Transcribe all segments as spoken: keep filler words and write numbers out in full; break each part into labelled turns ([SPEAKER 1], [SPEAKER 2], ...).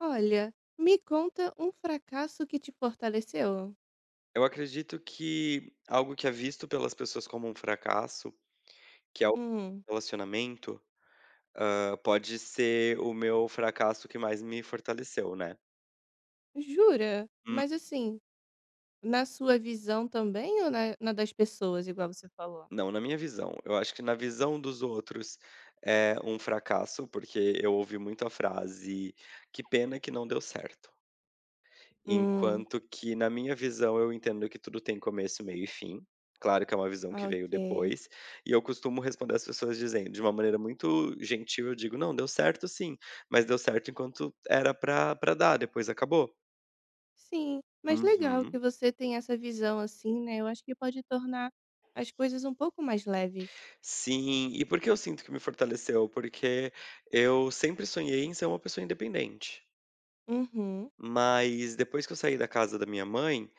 [SPEAKER 1] Olha, me conta um fracasso que te fortaleceu.
[SPEAKER 2] Eu acredito que algo que é visto pelas pessoas como um fracasso, que é o
[SPEAKER 1] Hum,
[SPEAKER 2] relacionamento, hã, pode ser o meu fracasso que mais me fortaleceu, né.
[SPEAKER 1] jura?
[SPEAKER 2] Hum,
[SPEAKER 1] Mas assim, na sua visão também ou na, na das pessoas, igual você falou?
[SPEAKER 2] não, na minha visão. Eu acho que na visão dos outros é um fracasso, porque eu ouvi muito a frase: "Que pena que não deu certo".
[SPEAKER 1] Hum,
[SPEAKER 2] Enquanto que, na minha visão, eu entendo que tudo tem começo, meio e fim. Claro que é uma visão que veio
[SPEAKER 1] ok.
[SPEAKER 2] depois. E eu costumo responder às pessoas dizendo, de uma maneira muito gentil, eu digo: "Não, deu certo sim, mas deu certo enquanto era pra pra dar, depois acabou".
[SPEAKER 1] Sim, mas legal que
[SPEAKER 2] Uhum.
[SPEAKER 1] você tem essa visão assim, né? Eu acho que pode tornar as coisas um pouco mais leves.
[SPEAKER 2] Sim, e por que eu sinto que me fortaleceu? Porque eu sempre sonhei em ser uma pessoa independente,
[SPEAKER 1] Uhum,
[SPEAKER 2] mas depois que eu saí da casa da minha mãe,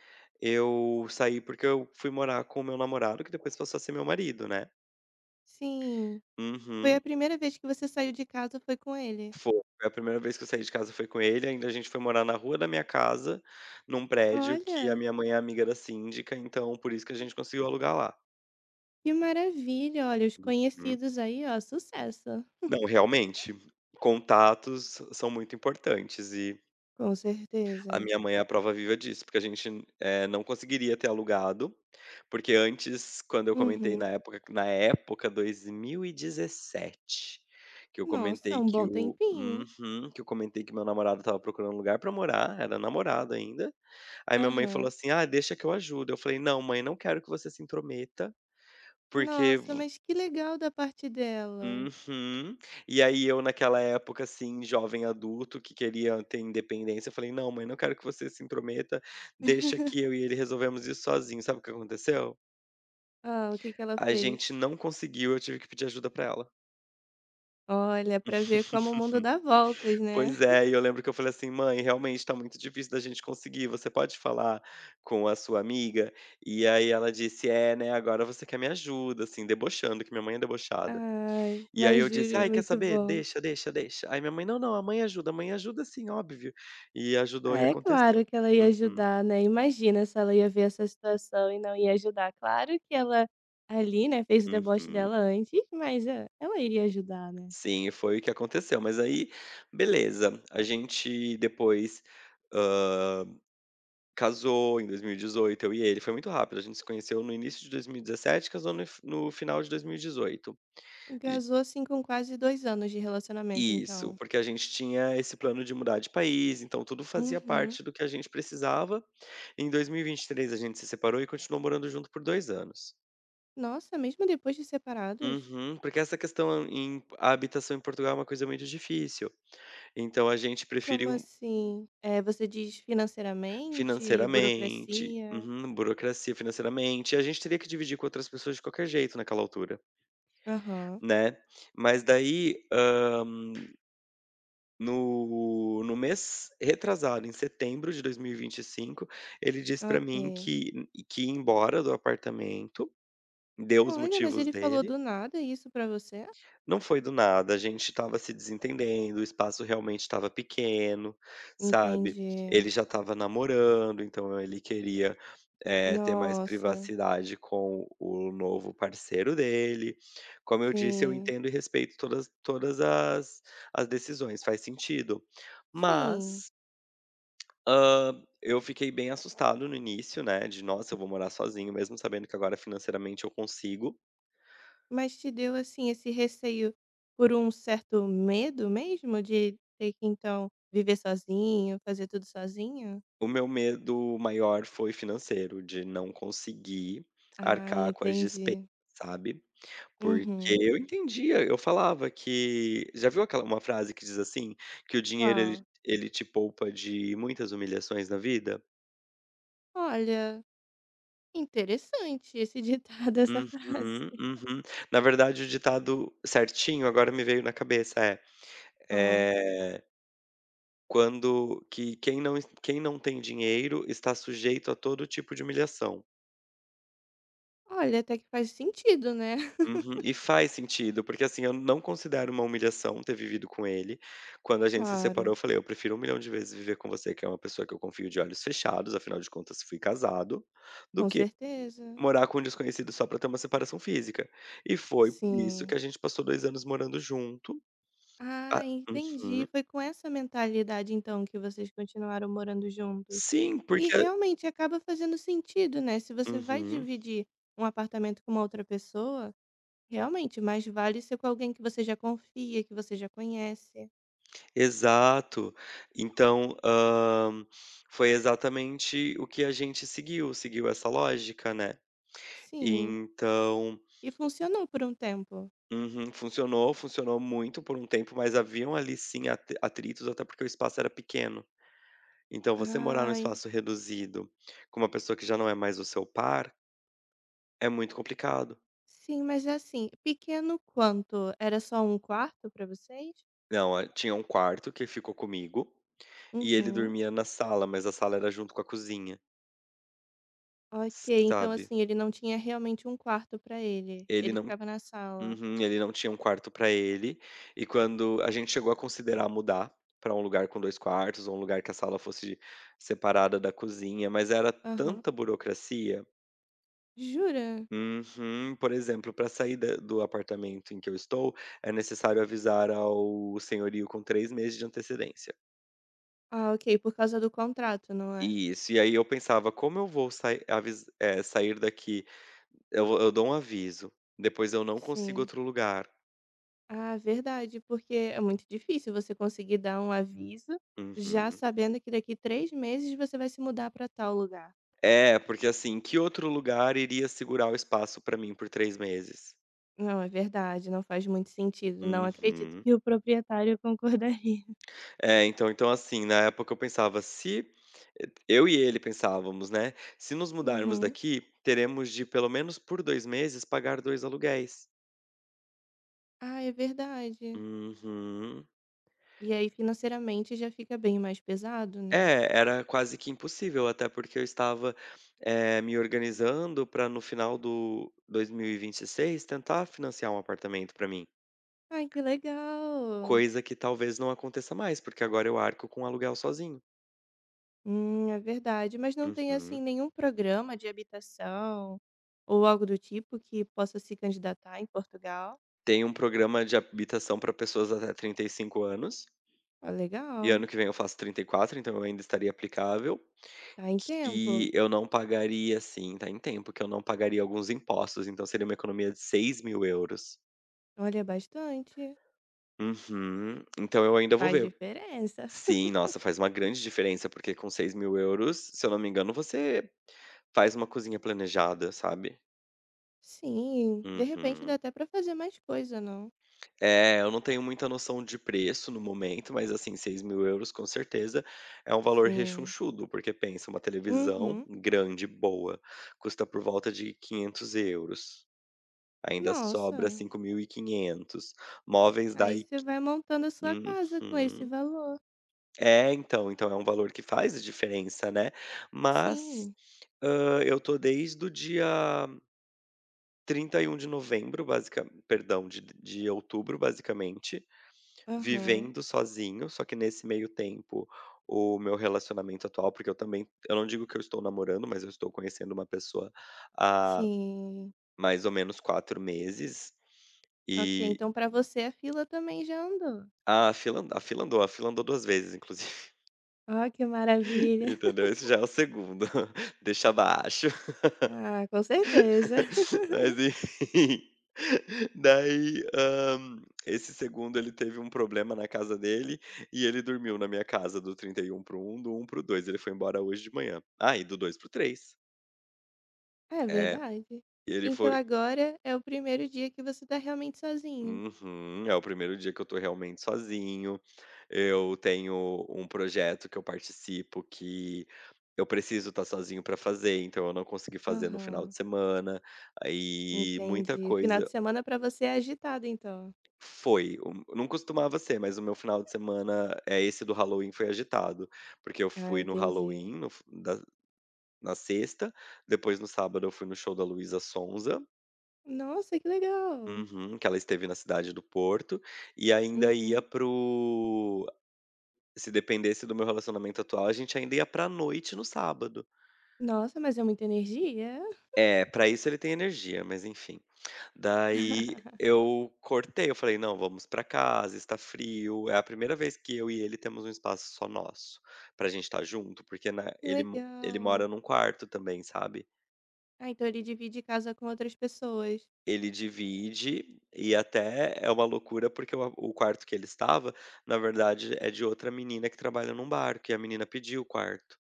[SPEAKER 2] eu saí porque eu fui morar com o meu namorado, que depois passou a ser meu marido, né.
[SPEAKER 1] sim. Foi
[SPEAKER 2] Uhum.
[SPEAKER 1] a primeira vez que você saiu de casa, foi com ele.
[SPEAKER 2] Foi, foi a primeira vez que eu saí de casa foi com ele, ainda a gente foi morar na rua da minha casa, num prédio que a
[SPEAKER 1] Olha,
[SPEAKER 2] minha mãe é amiga da síndica, então por isso que a gente conseguiu alugar lá.
[SPEAKER 1] que maravilha. Olha, os
[SPEAKER 2] Uhum.
[SPEAKER 1] conhecidos aí, ó, sucesso.
[SPEAKER 2] Não, realmente, contatos são muito importantes e
[SPEAKER 1] Com
[SPEAKER 2] a
[SPEAKER 1] certeza.
[SPEAKER 2] minha mãe é a prova viva disso, porque a gente, eh, não conseguiria ter alugado, porque antes, quando eu comentei
[SPEAKER 1] Uhum.
[SPEAKER 2] na época na época dois mil e dezessete, que eu
[SPEAKER 1] Nossa, é
[SPEAKER 2] comentei
[SPEAKER 1] um
[SPEAKER 2] que
[SPEAKER 1] bom
[SPEAKER 2] o
[SPEAKER 1] tempinho.
[SPEAKER 2] uhum, que eu comentei que meu namorado estava procurando um lugar para morar, era namorado ainda. Aí minha mãe falou
[SPEAKER 1] Aham.
[SPEAKER 2] assim: "Ah, deixa que eu ajudo". Eu falei: "Não, mãe, não quero que você se intrometa, porque"
[SPEAKER 1] Nossa,
[SPEAKER 2] vo
[SPEAKER 1] mas que legal da parte dela.
[SPEAKER 2] Uhum. E aí eu naquela época, assim, jovem adulto que queria ter independência, eu falei: "Não, mãe, não quero que você se intrometa, deixa que eu e ele resolvemos isso sozinho". Sabe o que aconteceu?
[SPEAKER 1] Ah, o que que ela
[SPEAKER 2] A
[SPEAKER 1] fez?
[SPEAKER 2] gente não conseguiu, eu tive que pedir ajuda pra ela.
[SPEAKER 1] Olha, pra ver como o mundo dá voltas, né.
[SPEAKER 2] Pois é, e eu lembro que eu falei assim: "Mãe, realmente tá muito difícil da gente conseguir, você pode falar com a sua amiga?" E aí ela disse: "É, né, agora você quer me ajuda", assim, debochando, que minha mãe é debochada.
[SPEAKER 1] Ai,
[SPEAKER 2] E aí
[SPEAKER 1] mas
[SPEAKER 2] eu disse:
[SPEAKER 1] juro,
[SPEAKER 2] "Ai, quer
[SPEAKER 1] muito
[SPEAKER 2] saber?
[SPEAKER 1] bom.
[SPEAKER 2] Deixa, deixa, deixa". Aí minha mãe: "Não, não, a mãe ajuda, a mãe ajuda sim, óbvio". E ajudou
[SPEAKER 1] Ah,
[SPEAKER 2] e
[SPEAKER 1] é
[SPEAKER 2] aconteceu.
[SPEAKER 1] claro que ela ia
[SPEAKER 2] Uhum,
[SPEAKER 1] ajudar, né, imagina se ela ia ver essa situação e não ia ajudar. Claro que ela ali, né, fez o deboche
[SPEAKER 2] uhum.
[SPEAKER 1] dela antes, mas, é, ela iria ajudar, né.
[SPEAKER 2] Sim, foi o que aconteceu. Mas aí, beleza, a gente depois, casou em dois mil e dezoito, eu e ele, foi muito rápido, a gente se conheceu no início de dois mil e dezessete, casou no f no final de dois mil e dezoito. E dezoito.
[SPEAKER 1] Casou,
[SPEAKER 2] E-
[SPEAKER 1] assim, com quase dois anos de relacionamento,
[SPEAKER 2] isso,
[SPEAKER 1] então.
[SPEAKER 2] porque a gente tinha esse plano de mudar de país, então tudo fazia
[SPEAKER 1] Uhum.
[SPEAKER 2] parte do que a gente precisava. Em dois mil e vinte e três a gente se separou e continuou morando junto por dois anos.
[SPEAKER 1] Nossa, mesmo depois de separados?
[SPEAKER 2] Uhum, porque essa questão em a habitação em Portugal é uma coisa muito difícil, então a gente
[SPEAKER 1] Como
[SPEAKER 2] preferiu
[SPEAKER 1] assim? É, você diz financeiramente,
[SPEAKER 2] financeiramente,
[SPEAKER 1] burocracia?
[SPEAKER 2] uhum, burocracia, financeiramente, e a gente teria que dividir com outras pessoas de qualquer jeito naquela altura.
[SPEAKER 1] Aham,
[SPEAKER 2] Né. Mas daí, hã, no no mês retrasado, em setembro de dois mil e e vinte e cinco ele disse pra mim
[SPEAKER 1] ok.
[SPEAKER 2] que que ia embora do apartamento, deu os
[SPEAKER 1] Olha, mas
[SPEAKER 2] motivos
[SPEAKER 1] ele falou
[SPEAKER 2] dele.
[SPEAKER 1] do nada isso pra você?
[SPEAKER 2] Não foi do nada, a gente estava se desentendendo, o espaço realmente estava pequeno, sabe.
[SPEAKER 1] Entendi.
[SPEAKER 2] Ele já estava namorando, então ele queria, eh, ter mais
[SPEAKER 1] Nossa,
[SPEAKER 2] privacidade com o novo parceiro dele. Como eu disse, eu
[SPEAKER 1] sim,
[SPEAKER 2] entendo e respeito todas todas as as decisões, faz sentido.
[SPEAKER 1] sim.
[SPEAKER 2] Mas, hã, eu fiquei bem assustado no início, né, de: "Nossa, eu vou morar sozinho", mesmo sabendo que agora financeiramente eu consigo.
[SPEAKER 1] Mas te deu, assim, esse receio por um certo medo mesmo de ter que, então, viver sozinho, fazer tudo sozinho?
[SPEAKER 2] O meu medo maior foi financeiro, de não conseguir
[SPEAKER 1] Ah,
[SPEAKER 2] arcar com as despesas,
[SPEAKER 1] entendi.
[SPEAKER 2] sabe. Porque
[SPEAKER 1] Uhum.
[SPEAKER 2] eu entendia, eu falava que já viu aquela uma frase que diz assim, que o dinheiro ele
[SPEAKER 1] Uau.
[SPEAKER 2] ele te poupa de muitas humilhações na vida?
[SPEAKER 1] Olha, interessante esse ditado, essa frase.
[SPEAKER 2] Uhum, uhum. Na verdade o ditado certinho agora me veio na cabeça é,
[SPEAKER 1] Ó,
[SPEAKER 2] eh, quando que quem não quem não tem dinheiro está sujeito a todo tipo de humilhação.
[SPEAKER 1] olha, até que faz sentido, né.
[SPEAKER 2] Uhum. E faz sentido, porque assim, eu não considero uma humilhação ter vivido com ele. Quando a gente se separou,
[SPEAKER 1] Claro,
[SPEAKER 2] eu falei: eu prefiro um milhão de vezes viver com você, que é uma pessoa que eu confio de olhos fechados, afinal de contas, fui casado, do
[SPEAKER 1] com
[SPEAKER 2] que
[SPEAKER 1] certeza.
[SPEAKER 2] morar com um desconhecido só pra ter uma separação física. E foi por isso
[SPEAKER 1] Sim.
[SPEAKER 2] que a gente passou dois anos morando junto.
[SPEAKER 1] Ah,
[SPEAKER 2] Ah, uhum.
[SPEAKER 1] entendi. Foi com essa mentalidade, então, que vocês continuaram morando juntos.
[SPEAKER 2] Sim.
[SPEAKER 1] E
[SPEAKER 2] porque
[SPEAKER 1] realmente acaba fazendo sentido, né, se você vai
[SPEAKER 2] Uhum.
[SPEAKER 1] dividir um apartamento com uma outra pessoa, realmente mais vale ser com alguém que você já confia, que você já conhece.
[SPEAKER 2] Exato. Então, hã, foi exatamente o que a gente seguiu, seguiu, essa lógica, né.
[SPEAKER 1] Sim.
[SPEAKER 2] Então
[SPEAKER 1] E funcionou por um tempo?
[SPEAKER 2] Uhum. Funcionou, funcionou muito por um tempo, mas haviam ali sim atri atritos, até porque o espaço era pequeno. Então você morar num
[SPEAKER 1] Ai.
[SPEAKER 2] espaço reduzido, com uma pessoa que já não é mais o seu par, é muito complicado.
[SPEAKER 1] Sim, mas é assim, pequeno quanto? Era só um quarto pra vocês?
[SPEAKER 2] Não, eh, tinha um quarto que ficou comigo, e ele
[SPEAKER 1] Uhum.
[SPEAKER 2] dormia na sala, mas a sala era junto com a cozinha,
[SPEAKER 1] Ok, então
[SPEAKER 2] sabe.
[SPEAKER 1] assim, ele não tinha realmente um quarto pra ele.
[SPEAKER 2] Ele
[SPEAKER 1] Ele
[SPEAKER 2] não
[SPEAKER 1] ficava na sala.
[SPEAKER 2] Uhum, ele não tinha um quarto pra ele, e quando a gente chegou a considerar mudar pra um lugar com dois quartos, ou um lugar que a sala fosse separada da cozinha, mas era
[SPEAKER 1] Aham.
[SPEAKER 2] tanta burocracia.
[SPEAKER 1] Jura?
[SPEAKER 2] Uhum. Por exemplo, para sair da do apartamento em que eu estou, é necessário avisar ao senhorio com três meses de antecedência.
[SPEAKER 1] Ah, ok, por causa do contrato, não é?
[SPEAKER 2] Isso, e aí eu pensava: "Como eu vou sai avis eh, sair daqui? Eu eu dou um aviso, depois eu não consigo
[SPEAKER 1] Sim.
[SPEAKER 2] outro lugar".
[SPEAKER 1] Ah, verdade, porque é muito difícil você conseguir dar um aviso já
[SPEAKER 2] Uhum.
[SPEAKER 1] sabendo que daqui três meses você vai se mudar para tal lugar.
[SPEAKER 2] É, porque assim, que outro lugar iria segurar o espaço pra mim por três meses?
[SPEAKER 1] Não, é verdade, não faz muito sentido. Não acredito
[SPEAKER 2] Uhum.
[SPEAKER 1] que o proprietário concordaria.
[SPEAKER 2] É, então então assim, na época eu pensava: "Se" eu e ele pensávamos, né, "se nos mudarmos
[SPEAKER 1] Uhum.
[SPEAKER 2] daqui, teremos de pelo menos por dois meses pagar dois aluguéis".
[SPEAKER 1] Ah, é verdade.
[SPEAKER 2] Uhum.
[SPEAKER 1] E aí financeiramente já fica bem mais pesado, né?
[SPEAKER 2] É, era quase que impossível, até porque eu estava, eh, me organizando para no final do dois mil e vinte e seis tentar financiar um apartamento para mim.
[SPEAKER 1] Ai, que legal!
[SPEAKER 2] Coisa que talvez não aconteça mais, porque agora eu arco com aluguel sozinho.
[SPEAKER 1] Hum, é verdade. Mas não tem, assim,
[SPEAKER 2] Uhum.
[SPEAKER 1] nenhum programa de habitação ou algo do tipo que possa se candidatar em Portugal?
[SPEAKER 2] Tem um programa de habitação para pessoas até trinta e cinco anos,
[SPEAKER 1] Ah,
[SPEAKER 2] e
[SPEAKER 1] legal.
[SPEAKER 2] ano que vem eu faço trinta e quatro, então eu ainda estaria aplicável,
[SPEAKER 1] Tá em tempo.
[SPEAKER 2] e eu não pagaria, assim, tá em tempo, que eu não pagaria alguns impostos, então seria uma economia de seis mil€.
[SPEAKER 1] Olha, bastante.
[SPEAKER 2] Uhum. Então eu ainda vou
[SPEAKER 1] Faz
[SPEAKER 2] ver.
[SPEAKER 1] diferença.
[SPEAKER 2] Sim, nossa, faz uma grande diferença, porque com seis mil euros, se eu não me engano, você faz uma cozinha planejada, sabe.
[SPEAKER 1] Sim, de repente dá
[SPEAKER 2] Uhum.
[SPEAKER 1] até pra fazer mais coisa, não?
[SPEAKER 2] É, eu não tenho muita noção de preço no momento, mas assim, seis mil euros com certeza é um valor
[SPEAKER 1] Sim.
[SPEAKER 2] rechonchudo, porque pensa, uma televisão
[SPEAKER 1] Uhum.
[SPEAKER 2] grande, boa, custa por volta de quinhentos euros. Ainda sobra
[SPEAKER 1] Nossa.
[SPEAKER 2] cinco mil e quinhentos. Móveis da
[SPEAKER 1] Aí
[SPEAKER 2] I
[SPEAKER 1] você vai montando a sua casa com esse
[SPEAKER 2] Uhum.
[SPEAKER 1] valor.
[SPEAKER 2] É, então, então é um valor que faz a diferença, né. Mas,
[SPEAKER 1] Sim.
[SPEAKER 2] hã, eu tô desde o dia trinta e um de novembro, basica perdão, de de outubro, basicamente,
[SPEAKER 1] Aham,
[SPEAKER 2] vivendo sozinho, só que nesse meio tempo, o meu relacionamento atual, porque eu também, eu não digo que eu estou namorando, mas eu estou conhecendo uma pessoa há
[SPEAKER 1] sim.
[SPEAKER 2] mais ou menos quatro meses,
[SPEAKER 1] Ok,
[SPEAKER 2] e
[SPEAKER 1] então para você a fila também já andou.
[SPEAKER 2] ah, a fila a fila andou, a fila andou duas vezes inclusive,
[SPEAKER 1] Ó, que maravilha.
[SPEAKER 2] entendeu? Esse já é o segundo, deixa abaixo.
[SPEAKER 1] Ah, com certeza.
[SPEAKER 2] Mas enfim, daí, hã, esse segundo ele teve um problema na casa dele, e ele dormiu na minha casa do trinta e um para o um, do um para o dois, ele foi embora hoje de manhã. Ah, e do dois para o três.
[SPEAKER 1] É
[SPEAKER 2] É,
[SPEAKER 1] verdade.
[SPEAKER 2] e ele
[SPEAKER 1] Então
[SPEAKER 2] foi
[SPEAKER 1] agora é o primeiro dia que você tá realmente sozinho.
[SPEAKER 2] uhum, é o primeiro dia que eu tô realmente sozinho, eu tenho um projeto que eu participo que eu preciso estar sozinho pra fazer, então eu não consegui fazer no final de
[SPEAKER 1] Aham,
[SPEAKER 2] semana, aí muita
[SPEAKER 1] entendi. Final de
[SPEAKER 2] coisa.
[SPEAKER 1] semana para você é agitado então.
[SPEAKER 2] Foi, o não costumava ser, mas o meu final de semana, é, esse do Halloween foi agitado, porque eu
[SPEAKER 1] Ah,
[SPEAKER 2] fui no
[SPEAKER 1] entendi.
[SPEAKER 2] Halloween, no f da na sexta, depois no sábado eu fui no show da Luísa Sonza,
[SPEAKER 1] Nossa, que legal.
[SPEAKER 2] uhum, que ela esteve na cidade do Porto, e ainda ia
[SPEAKER 1] Uhum.
[SPEAKER 2] para o se dependesse do meu relacionamento atual, a gente ainda ia pra noite no sábado.
[SPEAKER 1] Nossa, mas é muita energia.
[SPEAKER 2] É, pra isso ele tem energia, mas enfim. Daí eu cortei, eu falei: "Não, vamos pra casa, está frio". É a primeira vez que eu e ele temos um espaço só nosso, pra gente estar junto, porque, né,
[SPEAKER 1] Que
[SPEAKER 2] ele mo ele
[SPEAKER 1] legal.
[SPEAKER 2] mora num quarto também, sabe.
[SPEAKER 1] Ah, então ele divide casa com outras pessoas.
[SPEAKER 2] Ele divide, e até é uma loucura, porque o o quarto que ele estava, na verdade, é de outra menina que trabalha num bar, que a menina pediu o quarto.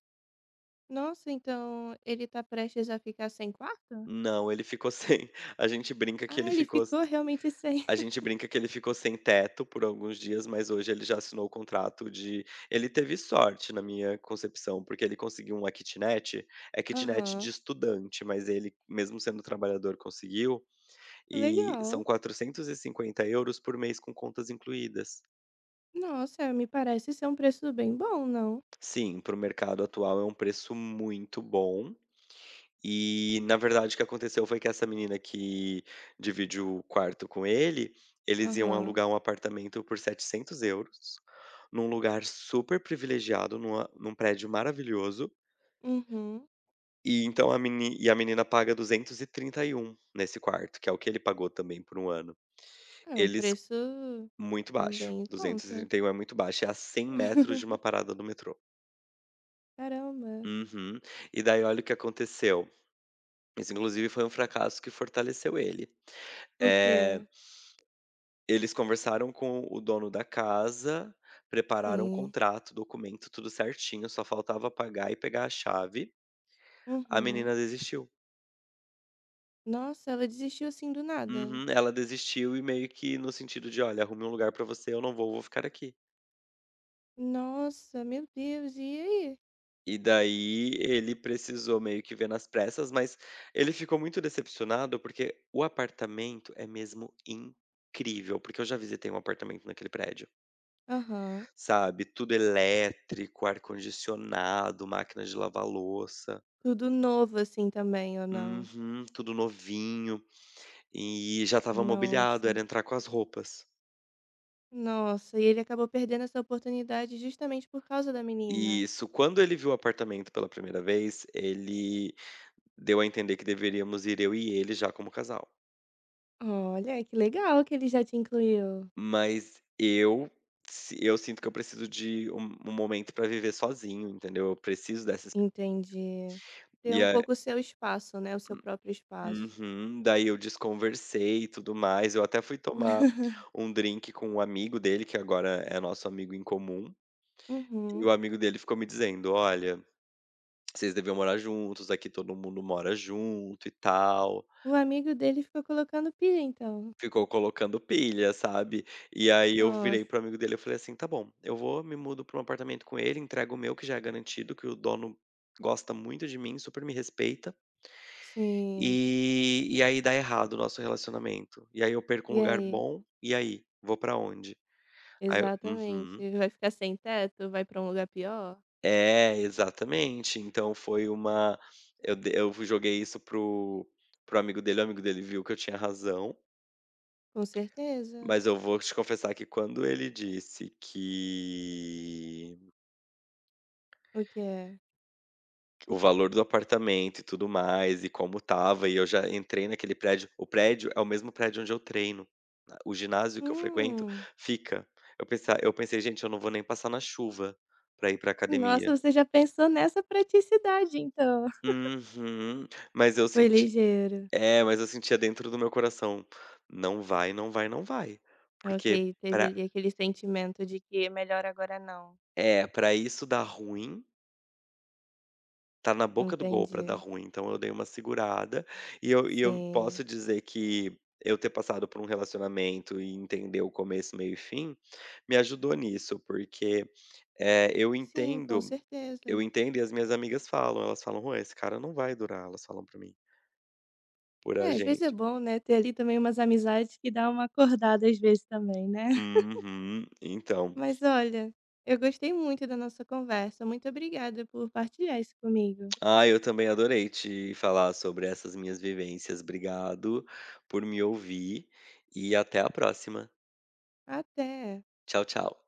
[SPEAKER 1] Nossa, então ele tá prestes a ficar sem quarto?
[SPEAKER 2] Não, ele ficou sem. A gente brinca que
[SPEAKER 1] Ah,
[SPEAKER 2] ele
[SPEAKER 1] ele
[SPEAKER 2] ficou
[SPEAKER 1] ficou realmente sem.
[SPEAKER 2] A gente brinca que ele ficou sem teto por alguns dias, mas hoje ele já assinou o contrato de Ele teve sorte, na minha concepção, porque ele conseguiu uma kitnet, é kitnet de
[SPEAKER 1] Aham.
[SPEAKER 2] estudante, mas ele, mesmo sendo trabalhador, conseguiu, e são
[SPEAKER 1] Legal.
[SPEAKER 2] quatrocentos e cinquenta euros por mês com contas incluídas.
[SPEAKER 1] Nossa, me parece ser um preço bem bom, não?
[SPEAKER 2] Sim, para o mercado atual é um preço muito bom. E, na verdade, o que aconteceu foi que essa menina que divide o quarto com ele, eles iam
[SPEAKER 1] Aham.
[SPEAKER 2] alugar um apartamento por setecentos euros num lugar super privilegiado, numa num prédio maravilhoso.
[SPEAKER 1] Uhum.
[SPEAKER 2] E então a meni e a menina paga duzentos e trinta e um nesse quarto, que é o que ele pagou também por um ano.
[SPEAKER 1] É um
[SPEAKER 2] Eles
[SPEAKER 1] preço
[SPEAKER 2] Muito baixo,
[SPEAKER 1] bem em conta.
[SPEAKER 2] duzentos e trinta e um é muito baixo, é a cem metros de uma parada do metrô.
[SPEAKER 1] Caramba.
[SPEAKER 2] Uhum. E daí olha o que aconteceu. Isso inclusive foi um fracasso que fortaleceu ele.
[SPEAKER 1] O
[SPEAKER 2] Eh
[SPEAKER 1] quê?
[SPEAKER 2] Eles conversaram com o dono da casa, prepararam o
[SPEAKER 1] Sim.
[SPEAKER 2] contrato, documento, tudo certinho, só faltava pagar e pegar a chave. A
[SPEAKER 1] Uhum.
[SPEAKER 2] menina desistiu.
[SPEAKER 1] Nossa, ela desistiu assim do nada.
[SPEAKER 2] Uhum, ela desistiu, e meio que no sentido de: "Olha, arrume um lugar pra você, eu não vou, vou ficar aqui".
[SPEAKER 1] Nossa, meu Deus, e aí?
[SPEAKER 2] E daí ele precisou meio que ver nas pressas, mas ele ficou muito decepcionado, porque o apartamento é mesmo incrível, porque eu já visitei um apartamento naquele prédio,
[SPEAKER 1] Aham.
[SPEAKER 2] sabe, tudo elétrico, ar-condicionado, máquina de lavar louça.
[SPEAKER 1] Tudo novo assim também, ou não?
[SPEAKER 2] Uhum, tudo novinho e já estava mobiliado,
[SPEAKER 1] Nossa.
[SPEAKER 2] era entrar com as roupas.
[SPEAKER 1] Nossa, e ele acabou perdendo essa oportunidade justamente por causa da menina.
[SPEAKER 2] Isso, quando ele viu o apartamento pela primeira vez, ele deu a entender que deveríamos ir eu e ele já como casal.
[SPEAKER 1] Olha, que legal que ele já te incluiu.
[SPEAKER 2] Mas eu, si eu sinto que eu preciso de um um momento para viver sozinho, entendeu, eu preciso dessa ex
[SPEAKER 1] Entendi. Ter
[SPEAKER 2] e
[SPEAKER 1] um
[SPEAKER 2] é
[SPEAKER 1] pouco o seu espaço, né, o seu próprio espaço.
[SPEAKER 2] uhum, daí eu desconversei e tudo mais, eu até fui tomar um drink com um amigo dele, que agora é nosso amigo em comum, e
[SPEAKER 1] Uhum.
[SPEAKER 2] o amigo dele ficou me dizendo: "Olha, vocês deviam morar juntos, aqui todo mundo mora junto e tal".
[SPEAKER 1] O amigo dele ficou colocando pilha, então.
[SPEAKER 2] Ficou colocando pilha, sabe. E aí eu virei
[SPEAKER 1] Nossa,
[SPEAKER 2] para amigo dele, eu falei assim: "Tá bom, eu vou, me mudo para um apartamento com ele, entrego o meu que já é garantido, que o dono gosta muito de mim, super me respeita,
[SPEAKER 1] sim.
[SPEAKER 2] e e aí dá errado o nosso relacionamento. E aí eu perco um
[SPEAKER 1] E
[SPEAKER 2] lugar
[SPEAKER 1] aí?
[SPEAKER 2] bom, e aí? Vou para onde?" Aí eu Uhum.
[SPEAKER 1] Exatamente. Vai ficar sem teto? Vai pra um lugar pior?
[SPEAKER 2] É, exatamente. Então foi uma eu de eu joguei isso pro pro amigo dele, o amigo dele viu que eu tinha razão.
[SPEAKER 1] Com certeza.
[SPEAKER 2] Mas eu vou te confessar que quando ele disse que
[SPEAKER 1] O que é?
[SPEAKER 2] o valor do apartamento e tudo mais, e como tava, e eu já entrei naquele prédio, o prédio é o mesmo prédio onde eu treino. A o ginásio que eu frequento
[SPEAKER 1] Hum.
[SPEAKER 2] fica. Eu pensei eu pensei: "Gente, eu não vou nem passar na chuva pra ir pra
[SPEAKER 1] Nossa,
[SPEAKER 2] academia".
[SPEAKER 1] você já pensou nessa praticidade, então.
[SPEAKER 2] Uhum. Mas eu
[SPEAKER 1] Foi
[SPEAKER 2] senti
[SPEAKER 1] ligeiro.
[SPEAKER 2] é, mas eu sentia dentro do meu coração: "Não vai, não vai, não vai".
[SPEAKER 1] Ok,
[SPEAKER 2] Porque
[SPEAKER 1] teve
[SPEAKER 2] pra
[SPEAKER 1] ali aquele sentimento de que é melhor agora não.
[SPEAKER 2] é, pra isso dar ruim. Tá na boca do gol pra dar
[SPEAKER 1] Entendi.
[SPEAKER 2] ruim, então eu dei uma segurada, e eu e eu
[SPEAKER 1] Sim,
[SPEAKER 2] posso dizer que eu ter passado por um relacionamento e entender o começo, meio e fim, me ajudou nisso, porque, eh, eu
[SPEAKER 1] sim, com
[SPEAKER 2] entendo eu
[SPEAKER 1] certeza.
[SPEAKER 2] entendo e as minhas amigas falam, elas falam: "Rô, esse cara não vai durar", elas falam pra mim, por a
[SPEAKER 1] É, às vezes é
[SPEAKER 2] gente.
[SPEAKER 1] bom, né, ter ali também umas amizades que dá uma acordada às vezes também, né?
[SPEAKER 2] Uhum, então.
[SPEAKER 1] Mas olha, eu gostei muito da nossa conversa. Muito obrigada por partilhar isso comigo.
[SPEAKER 2] Ah, eu também adorei te falar sobre essas minhas vivências, obrigado por me ouvir, e até a próxima.
[SPEAKER 1] Até.
[SPEAKER 2] Tchau, tchau.